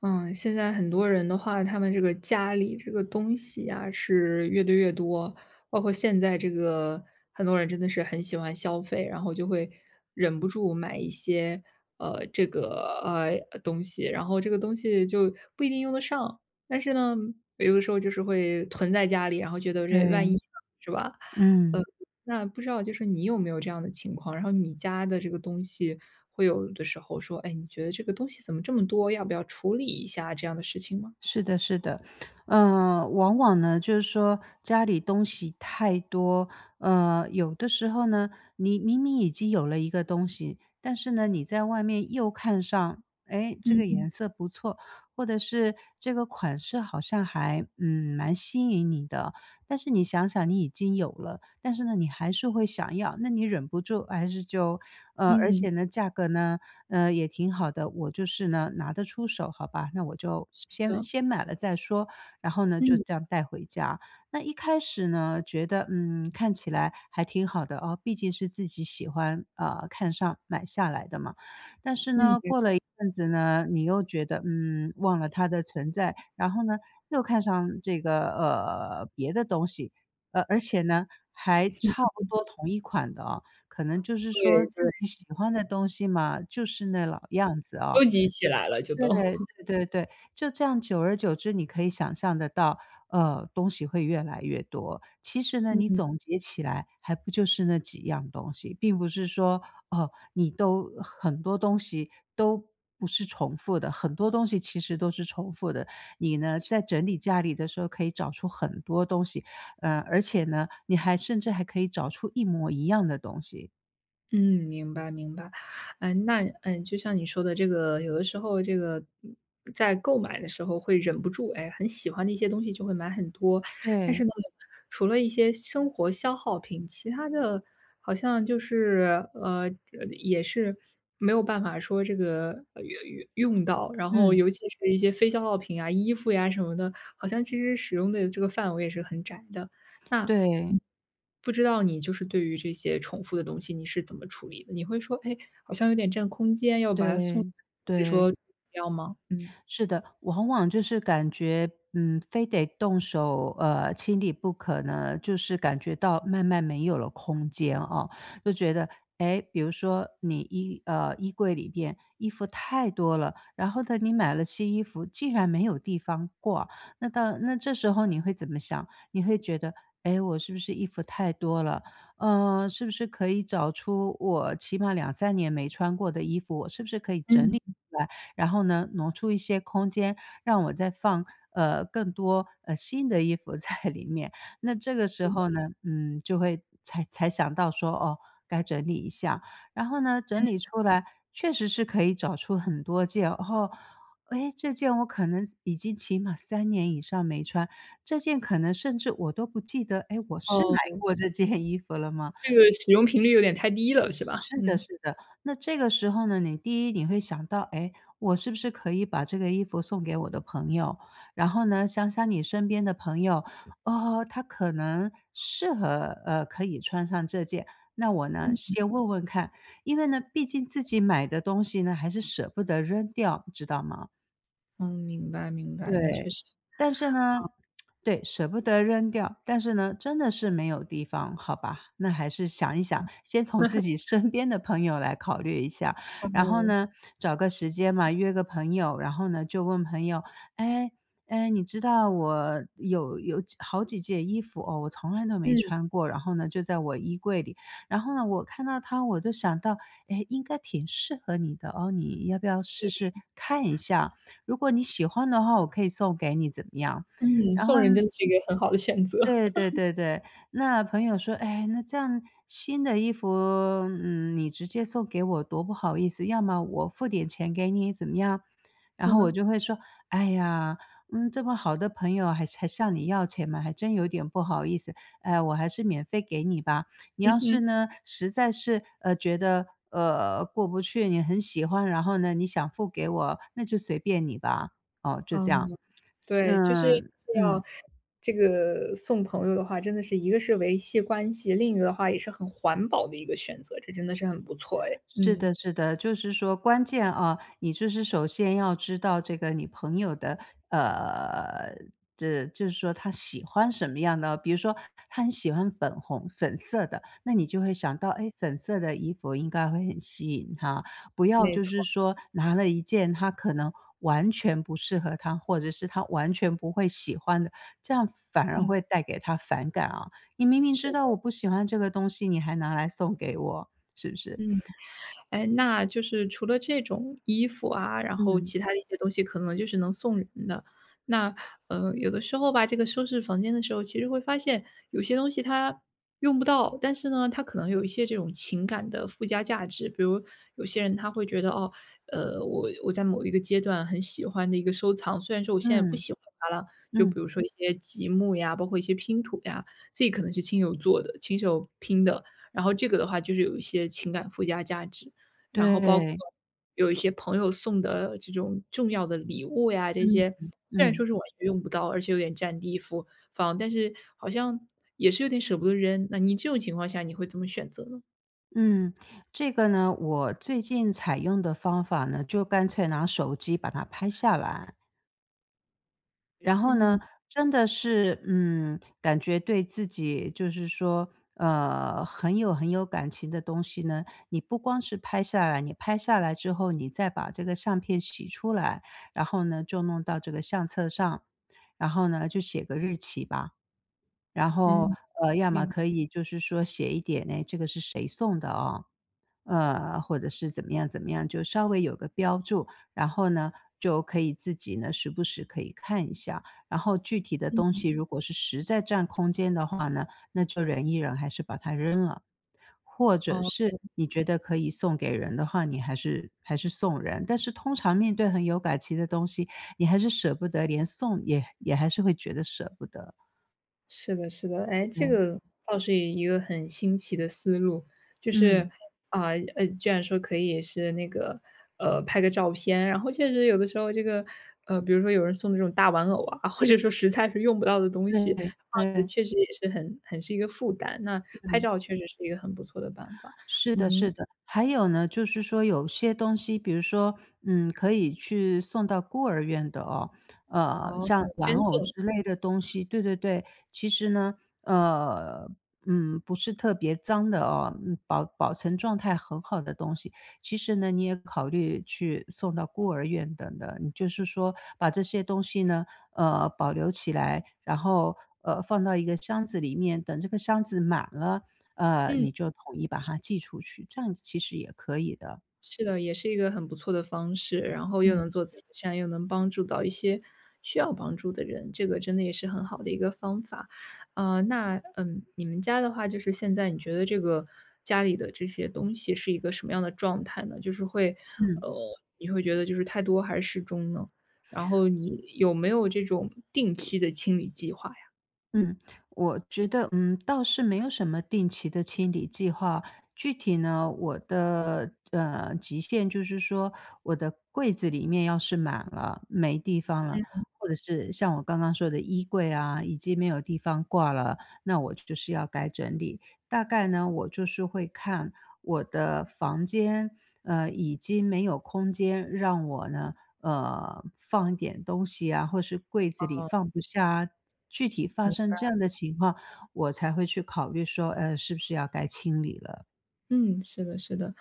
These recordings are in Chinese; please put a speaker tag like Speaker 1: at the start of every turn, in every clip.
Speaker 1: 嗯，现在很多人的话，他们这个家里这个东西啊是越堆越多，包括现在这个很多人真的是很喜欢消费，然后就会忍不住买一些这个东西，然后这个东西就不一定用得上，但是呢，有的时候就是会囤在家里，然后觉得这万一
Speaker 2: 对，
Speaker 1: 呢是吧？呃
Speaker 2: 嗯，
Speaker 1: 那不知道就是你有没有这样的情况，然后你家的这个东西会有的时候说，哎，你觉得这个东西怎么这么多，要不要处理一下这样的事情吗？
Speaker 2: 是的，是的，往往呢，就是说家里东西太多，有的时候呢，你明明已经有了一个东西，但是呢，你在外面又看上，哎，这个
Speaker 1: 嗯
Speaker 2: 颜色不错，或者是这个款式好像还蛮吸引你的，但是你想想你已经有了，但是呢你还是会想要，那你忍不住还是就而
Speaker 1: 嗯。
Speaker 2: 且呢价格呢也挺好的，我就是呢拿得出手，好吧，那我就
Speaker 1: 是
Speaker 2: 先
Speaker 1: 的，
Speaker 2: 先买了再说，然后呢就
Speaker 1: 嗯
Speaker 2: 这样带回家。那一开始呢，觉得看起来还挺好的哦，毕竟是自己喜欢看上买下来的嘛。但是
Speaker 1: 嗯，
Speaker 2: 呢，
Speaker 1: 没
Speaker 2: 过
Speaker 1: 错，
Speaker 2: 了一阵子呢，你又觉得，忘了它的存在，然后呢，又看上这个，别的东西，而且呢，还差不多同一款的啊，可能就是
Speaker 1: 对
Speaker 2: 说
Speaker 1: 对，
Speaker 2: 自己喜欢的东西嘛，就是那老样子啊。
Speaker 1: 收集起来了就都。
Speaker 2: 对 对对对，就这样久而久之，你可以想象得到，东西会越来越多。其实呢，你总结起来还不就是那几样东西，并不是说，哦，你都很多东西都不是重复的，很多东西其实都是重复的。你呢，在整理家里的时候可以找出很多东西，而且呢，你还甚至还可以找出一模一样的东西。
Speaker 1: 嗯，明白明白。嗯，那嗯，就像你说的这个，有的时候这个嗯在购买的时候会忍不住，哎，很喜欢的一些东西就会买很多。但是
Speaker 2: 对，
Speaker 1: 呢，除了一些生活消耗品，其他的好像就是呃也是没有办法说这个用到。然后
Speaker 2: 嗯，
Speaker 1: 尤其是一些非消耗品啊、衣服呀什么的，好像其实使用的这个范围也是很窄的。那
Speaker 2: 对，
Speaker 1: 不知道你就是对于这些重复的东西，你是怎么处理的？你会说：“哎，好像有点占空间，要把它送
Speaker 2: 对，
Speaker 1: 或者说
Speaker 2: 对。
Speaker 1: 要吗？”嗯。
Speaker 2: 是的，往往就是感觉，非得动手，清理不可呢，就是感觉到慢慢没有了空间哦，就觉得，哎，比如说你衣柜里边衣服太多了，然后呢，你买了新衣服，竟然没有地方挂，那这时候你会怎么想？你会觉得，哎，我是不是衣服太多了？是不是可以找出我起码两三年没穿过的衣服，我是不是可以整理，
Speaker 1: 嗯。
Speaker 2: 然后呢，挪出一些空间让我再放，更多，新的衣服 在里面。那这个时候呢，就会才想到说，哦，该整理一下。然后呢，整理出来确实是可以找出很多件，哦，诶，这件我可能已经起码三年以上没穿，这件可能甚至我都不记得，诶，我是买
Speaker 1: 哦，
Speaker 2: 过这件衣服了吗？
Speaker 1: 这个使用频率有点太低了，是吧？
Speaker 2: 是的
Speaker 1: 嗯。
Speaker 2: 是的。那这个时候呢，你第一你会想到，哎，我是不是可以把这个衣服送给我的朋友？然后呢，想想你身边的朋友，哦，他可能适合，可以穿上这件，那我呢，
Speaker 1: 嗯。
Speaker 2: 先问问看。因为呢，毕竟自己买的东西呢，还是舍不得扔掉，知道吗？
Speaker 1: 嗯，明白明白，那确
Speaker 2: 对，
Speaker 1: 实。
Speaker 2: 但是呢对，舍不得扔掉，但是呢，真的是没有地方，好吧，那还是想一想，
Speaker 1: 嗯
Speaker 2: 先从自 己身边的朋友来考虑一下。然后
Speaker 1: 嗯
Speaker 2: 呢，找个时间嘛，约个朋友，然后呢，就问朋友：“哎，哎，你知道我有好几件衣服哦，我从来都没
Speaker 1: 嗯，
Speaker 2: 穿过，然后呢，就在我衣柜里。然后呢，我看到它我就想到，哎，应该挺适合你的哦，你要不要
Speaker 1: 是
Speaker 2: 试
Speaker 1: 的，
Speaker 2: 试看一下？"如果你喜欢的话，我可以送给你怎么样？
Speaker 1: 嗯。嗯
Speaker 2: 然
Speaker 1: 送
Speaker 2: 后，
Speaker 1: 人真的是一个很好的选择。
Speaker 2: 对 对对对，那朋友说："哎，那这样新的衣服，你直接送给我多不好意思，要么我付点钱给你怎么样？"然
Speaker 1: 嗯
Speaker 2: 后我
Speaker 1: 哼，
Speaker 2: 就会说："哎呀，这么好的朋友还向你要钱吗？还真有点不好意思，哎，我还是免费给你吧。你
Speaker 1: 嗯
Speaker 2: 要是
Speaker 1: 哼。
Speaker 2: 呢，实在是，觉得，过不去，你很喜欢，然后呢，你想付给我，那就随便你吧。"哦，就
Speaker 1: 哦
Speaker 2: 这样，
Speaker 1: 对，就是
Speaker 2: 嗯，
Speaker 1: 是要
Speaker 2: 嗯。
Speaker 1: 这个送朋友的话，真的是一个是维系关系，另一个的话也是很环保的一个选择，这真的是很不错哎。
Speaker 2: 是
Speaker 1: 嗯，
Speaker 2: 的，是的，就是说关键啊，你就是首先要知道这个你朋友的，呃，这就是说他喜欢什么样的，比如说他很喜欢粉红、粉色的，那你就会想到，哎，粉色的衣服应该会很吸引他，不要
Speaker 1: 没
Speaker 2: 就
Speaker 1: 错，
Speaker 2: 是说拿了一件他可能完全不适合他，或者是他完全不会喜欢的，这样反而
Speaker 1: 嗯，
Speaker 2: 会带给他反感啊。你明明
Speaker 1: 是
Speaker 2: 知道我
Speaker 1: 的，
Speaker 2: 不喜欢这个东西，你还拿来送给我，是不是？
Speaker 1: 嗯。哎，那就是除了这种衣服啊，然后
Speaker 2: 嗯，
Speaker 1: 其他的一些东西可能就是能送人的。那，呃，有的时候吧，这个收拾房间的时候，其实会发现有些东西它用不到，但是呢，它可能有一些这种情感的附加价值。比如有些人他会觉得，哦，呃，我在某一个阶段很喜欢的一个收藏，虽然说我现在不
Speaker 2: 嗯，
Speaker 1: 喜欢它了，就比
Speaker 2: 嗯，
Speaker 1: 如说一些积木呀，包括一些拼图呀，这可能是亲手做的、亲手拼的，然后这个的话就是有一些情感附加价值。然后包括
Speaker 2: 对，
Speaker 1: 有一些朋友送的这种重要的礼物呀，这
Speaker 2: 嗯，
Speaker 1: 些虽然说
Speaker 2: 嗯，
Speaker 1: 是完全用不到，而且有点占地夫方，但是好像也是有点舍不得扔。那你这种情况下，你会怎么选择呢？
Speaker 2: 嗯，这个呢，我最近采用的方法呢，就干脆拿手机把它拍下来，然后呢，
Speaker 1: 嗯
Speaker 2: 真的是，感觉对自己就是说，很有感情的东西呢，你不光是拍下来，你拍下来之后，你再把这个相片洗出来，然后呢，就弄到这个相册上，然后呢，就写个日期吧。然后，
Speaker 1: 嗯，
Speaker 2: 要么
Speaker 1: 明
Speaker 2: 可以就是说写一点，呢，这个是谁送的哦，或者是怎么样怎么样，就稍微有个标注。然后呢，就可以自己呢，时不时可以看一下。然后具体的东
Speaker 1: 嗯，
Speaker 2: 西如果是实在占空间的话呢，那就忍一忍，还是把它扔了。或者
Speaker 1: 哦。
Speaker 2: 是你觉得可以送给人的话，你还是送人。但是通常面对很有感情的东西，你还是舍不得，连送也还是会觉得舍不得。
Speaker 1: 是的，是的，哎，这
Speaker 2: 对，
Speaker 1: 个倒是一个很新奇的思路，就是，
Speaker 2: 嗯。
Speaker 1: 啊，呃，居然说可以是那个，呃，拍个照片，然后确实有的时候这个，呃，比如说有人送的这种大玩偶啊，或者说实在是用不到的东西，
Speaker 2: 对
Speaker 1: 放着
Speaker 2: 对，
Speaker 1: 确实也是很是一个负担，那拍
Speaker 2: 嗯，
Speaker 1: 照确实是一个很不错的办法。
Speaker 2: 是的
Speaker 1: 嗯，
Speaker 2: 是的。还有呢，就是说有些东西，比如说，可以去送到孤儿院的哦，
Speaker 1: 哦，
Speaker 2: 像
Speaker 1: 很
Speaker 2: 玩
Speaker 1: 先
Speaker 2: 偶
Speaker 1: 进，
Speaker 2: 之类的东西，对对对。其实呢，呃，不是特别脏的哦，保存状态很好的东西，其实呢，你也考虑去送到孤儿院等的。你就是说把这些东西呢，保留起来，然后，放到一个箱子里面，等这个箱子满了，
Speaker 1: 嗯。
Speaker 2: 你就统一把它寄出去，这样其实也可以的。
Speaker 1: 是的，也是一个很不错的方式，然后又能
Speaker 2: 嗯
Speaker 1: 做慈善，又能帮助到一些需要帮助的人，这个真的也是很好的一个方法。呃，那嗯，你们家的话，就是现在你觉得这个家里的这些东西是一个什么样的状态呢？就是会，
Speaker 2: 嗯
Speaker 1: 呃，你会觉得就是太多还是适中呢？然后你有没有这种定期的清理计划呀？
Speaker 2: 嗯，我觉得，倒是没有什么定期的清理计划。具体呢，我的极限就是说，我的柜子里面要是满了，没地方了，或者是像我刚刚说的衣柜啊，已经没有地方挂了，那我就是要该整理。大概呢，我就是会看我的房间，已经没有空间让我呢，放一点东西啊，或是柜子里放不下啊，具体发生这样的情况，我才会去考虑说，是不是要该清理了。
Speaker 1: 嗯，是的，是的。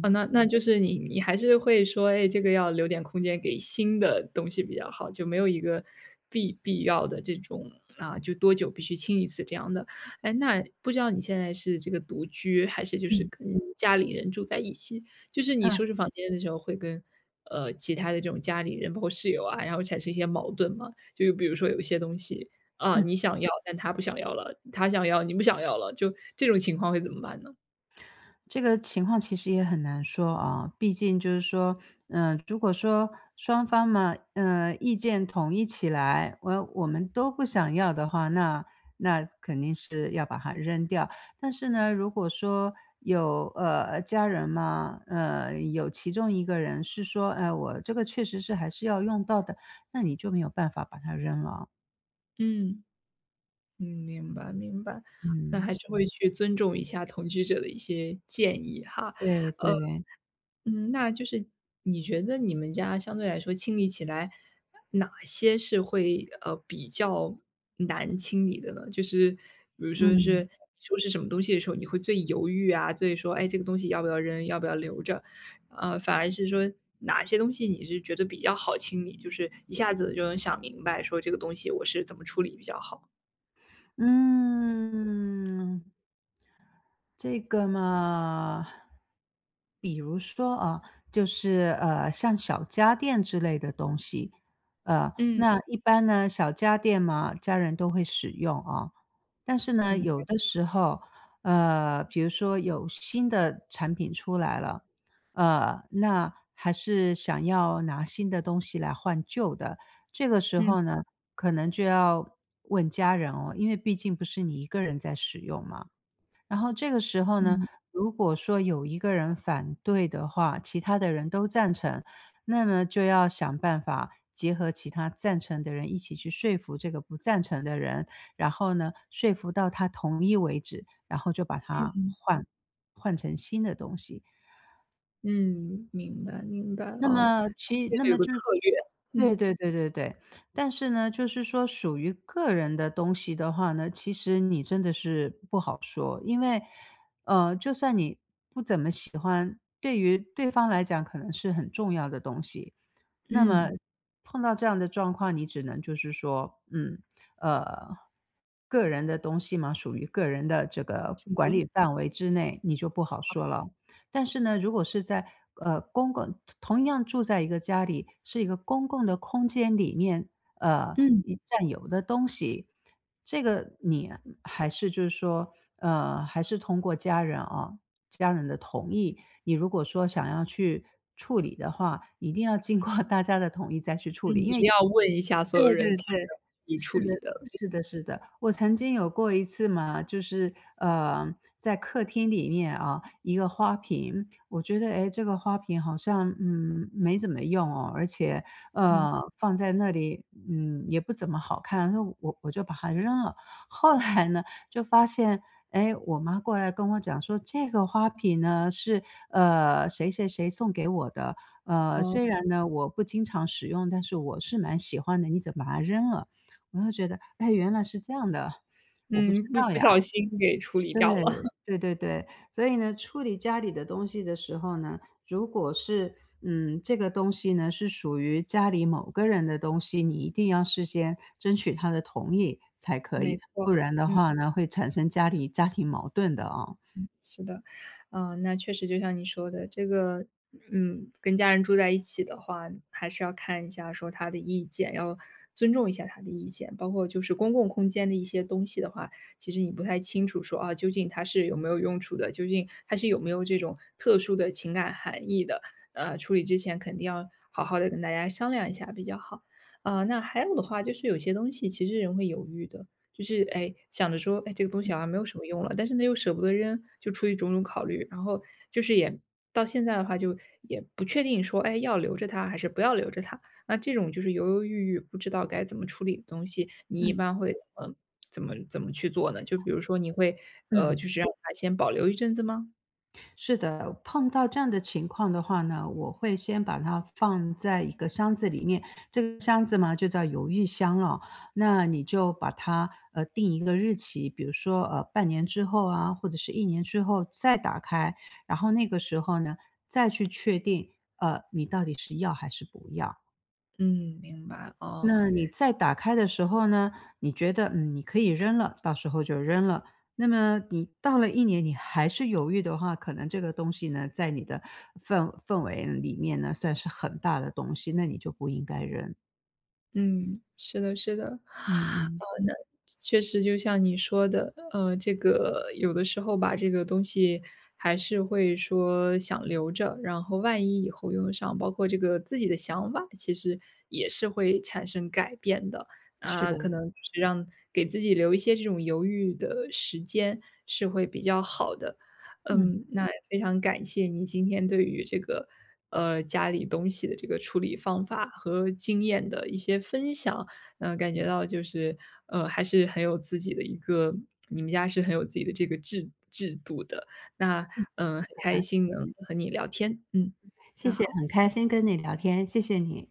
Speaker 1: 哦，那那就是你你还是会说，哎，这个要留点空间给新的东西比较好，就没有一个必要的这种啊，就多久必须清一次这样的。哎，那不知道你现在是这个独居，还是就是
Speaker 2: 嗯，
Speaker 1: 跟家里人住在一起？就是你收
Speaker 2: 啊，
Speaker 1: 拾房间的时候会跟其他的这种家里人，包括室友啊，然后产生一些矛盾吗？就比如说有一些东西啊，
Speaker 2: 嗯。
Speaker 1: 你想要，但他不想要了；他想要，你不想要了，就这种情况会怎么办呢？
Speaker 2: 这个情况其实也很难说啊，毕竟就是说，如果说双方嘛，意见统一起来，我们都不想要的话，那肯定是要把它扔掉。但是呢，如果说有家人嘛，有其中一个人是说，哎、我这个确实是还是要用到的，那你就没有办法把它扔了。
Speaker 1: 嗯。嗯，明白明白，那还
Speaker 2: 嗯，
Speaker 1: 是会去尊重一下同居者的一些建议哈。
Speaker 2: 对
Speaker 1: 呃，
Speaker 2: 对，
Speaker 1: 嗯，那就是你觉得你们家相对来说清理起来，哪些是会比较难清理的呢？就是比如说
Speaker 2: 嗯。
Speaker 1: 是收拾什么东西的时候，你会最犹豫啊，最说哎这个东西要不要扔，要不要留着？呃，反而是说哪些东西你是觉得比较好清理，就是一下子就能想明白说这个东西我是怎么处理比较好。
Speaker 2: 嗯，这个嘛，比如说啊，就是像小家电之类的东西，
Speaker 1: 嗯。
Speaker 2: 那一般呢，小家电嘛，家人都会使用啊。但是呢，
Speaker 1: 嗯。
Speaker 2: 有的时候，比如说有新的产品出来了，那还是想要拿新的东西来换旧的。这个时
Speaker 1: 嗯
Speaker 2: 候呢，可能就要问家人哦，因为毕竟不是你一个人在使用嘛。然后这个时候呢，
Speaker 1: 嗯
Speaker 2: 如果说有一个人反对的话，其他的人都赞成，那么就要想办法结合其他赞成的人一起去说服这个不赞成的人，然后呢，说服到他同意为止，然后就把它换换成新的东西。
Speaker 1: 嗯，明白明白，
Speaker 2: 那
Speaker 1: 哦，
Speaker 2: 么其
Speaker 1: 这
Speaker 2: 那
Speaker 1: 个有
Speaker 2: 么
Speaker 1: 个策
Speaker 2: 就是
Speaker 1: 略，
Speaker 2: 对
Speaker 1: 嗯
Speaker 2: 对对对对。但是呢，就是说属于个人的东西的话呢，其实你真的是不好说。因为，就算你不怎么喜欢，对于对方来讲可能是很重要的东西。那么
Speaker 1: 嗯，
Speaker 2: 碰到这样的状况，你只能就是说，嗯，呃，个人的东西嘛，属于个人的这个
Speaker 1: 是
Speaker 2: 管
Speaker 1: 的，
Speaker 2: 理范围之内，你就不好说了。但是呢，如果是在公共同样住在一个家里，是一个公共的空间里面，
Speaker 1: 嗯
Speaker 2: 一占有的东西，这个你还是就是说，还是通过家人啊，家人的同意，你如果说想要去处理的话，一定要经过大家的同意再去处
Speaker 1: 嗯，
Speaker 2: 理，
Speaker 1: 一
Speaker 2: 因为
Speaker 1: 定要问一下所有
Speaker 2: 对
Speaker 1: 人
Speaker 2: 对
Speaker 1: 才
Speaker 2: 对，
Speaker 1: 能你处
Speaker 2: 是的
Speaker 1: 理的，
Speaker 2: 是的是的。我曾经有过一次嘛，就是，呃，在客厅里面啊，一个花瓶，我觉得哎，诶，这个花瓶好像，嗯，没怎么用哦，而且，
Speaker 1: 嗯，
Speaker 2: 放在那里，嗯，也不怎么好看，所以我就把它扔了。后来呢，就发现，哎，我妈过来跟我讲说：“这个花瓶呢，是，谁谁谁送给我的，
Speaker 1: 哦，
Speaker 2: 虽然呢，我不经常使用，但是我是蛮喜欢的，你怎么把它扔了？”我就觉得，哎，原来是这样的，我不知
Speaker 1: 嗯，不
Speaker 2: 道
Speaker 1: 不小
Speaker 2: 呀。
Speaker 1: 心给处理
Speaker 2: 对，
Speaker 1: 掉了，
Speaker 2: 对对对，所以呢，处理家里的东西的时候呢，如果是，嗯，这个东西呢，是属于家里某个人的东西，你一定要事先争取他的同意才 可
Speaker 1: 没
Speaker 2: 以，
Speaker 1: 错，
Speaker 2: 不然的
Speaker 1: 嗯。
Speaker 2: 话呢，会产生家里家庭矛盾的啊。
Speaker 1: 是的，啊，那确实就像你说的，这个，嗯，跟家人住在一起的话，还是要看一下说他的意见，要尊重一下他的意见。包括就是公共空间的一些东西的话，其实你不太清楚说啊，究竟它是有没有用处的，究竟它是有没有这种特殊的情感含义的。呃，处理之前肯定要好好的跟大家商量一下比较好。啊、那还有的话就是有些东西其实人会犹豫的，就是哎，想着说，哎，这个东西好像没有什么用了，但是呢又舍不得扔，就出于种种考虑，然后就是也到现在的话，就也不确定说，哎，要留着它还是不要留着它。那这种就是犹犹豫豫，不知道该怎么处理的东西，你一
Speaker 2: 嗯
Speaker 1: 般会么怎么去做呢？就比如说你会，呃，
Speaker 2: 嗯。
Speaker 1: 就是让它先保留一阵子吗？
Speaker 2: 是的，碰到这样的情况的话呢，我会先把它放在一个箱子里面，这个箱子嘛就叫犹豫箱了。那你就把它定一个日期，比如说半年之后啊，或者是一年之后再打开，然后那个时候呢再去确定你到底是要还是不要。
Speaker 1: 嗯，明白，哦。
Speaker 2: 那你再打开的时候呢，你觉得，嗯，你可以扔了，到时候就扔了。那么你到了一年你还是犹豫的话，可能这个东西呢，在你的氛围里面呢，算是很大的东西，那你就不应该扔。
Speaker 1: 嗯，是的，是的。
Speaker 2: 嗯嗯，
Speaker 1: 呃，那确实就像你说的，呃，这个有的时候吧，这个东西还是会说想留着，然后万一以后用得上，包括这个自己的想法，其实也是会产生改变的。
Speaker 2: 是
Speaker 1: 啊，
Speaker 2: 的，
Speaker 1: 可能就是让给自己留一些这种犹豫的时间是会比较好的。
Speaker 2: 嗯，
Speaker 1: 嗯，那也非常感谢你今天对于这个，呃，家里东西的这个处理方法和经验的一些分享。嗯、感觉到就是，呃，还是很有自己的一个，你们家是很有自己的这个制度的。那，嗯、呃很
Speaker 2: 好
Speaker 1: 开
Speaker 2: 的，
Speaker 1: 心能和你聊天。嗯，
Speaker 2: 谢
Speaker 1: 那
Speaker 2: 谢，
Speaker 1: 好。
Speaker 2: 很开心跟你聊天，谢谢你。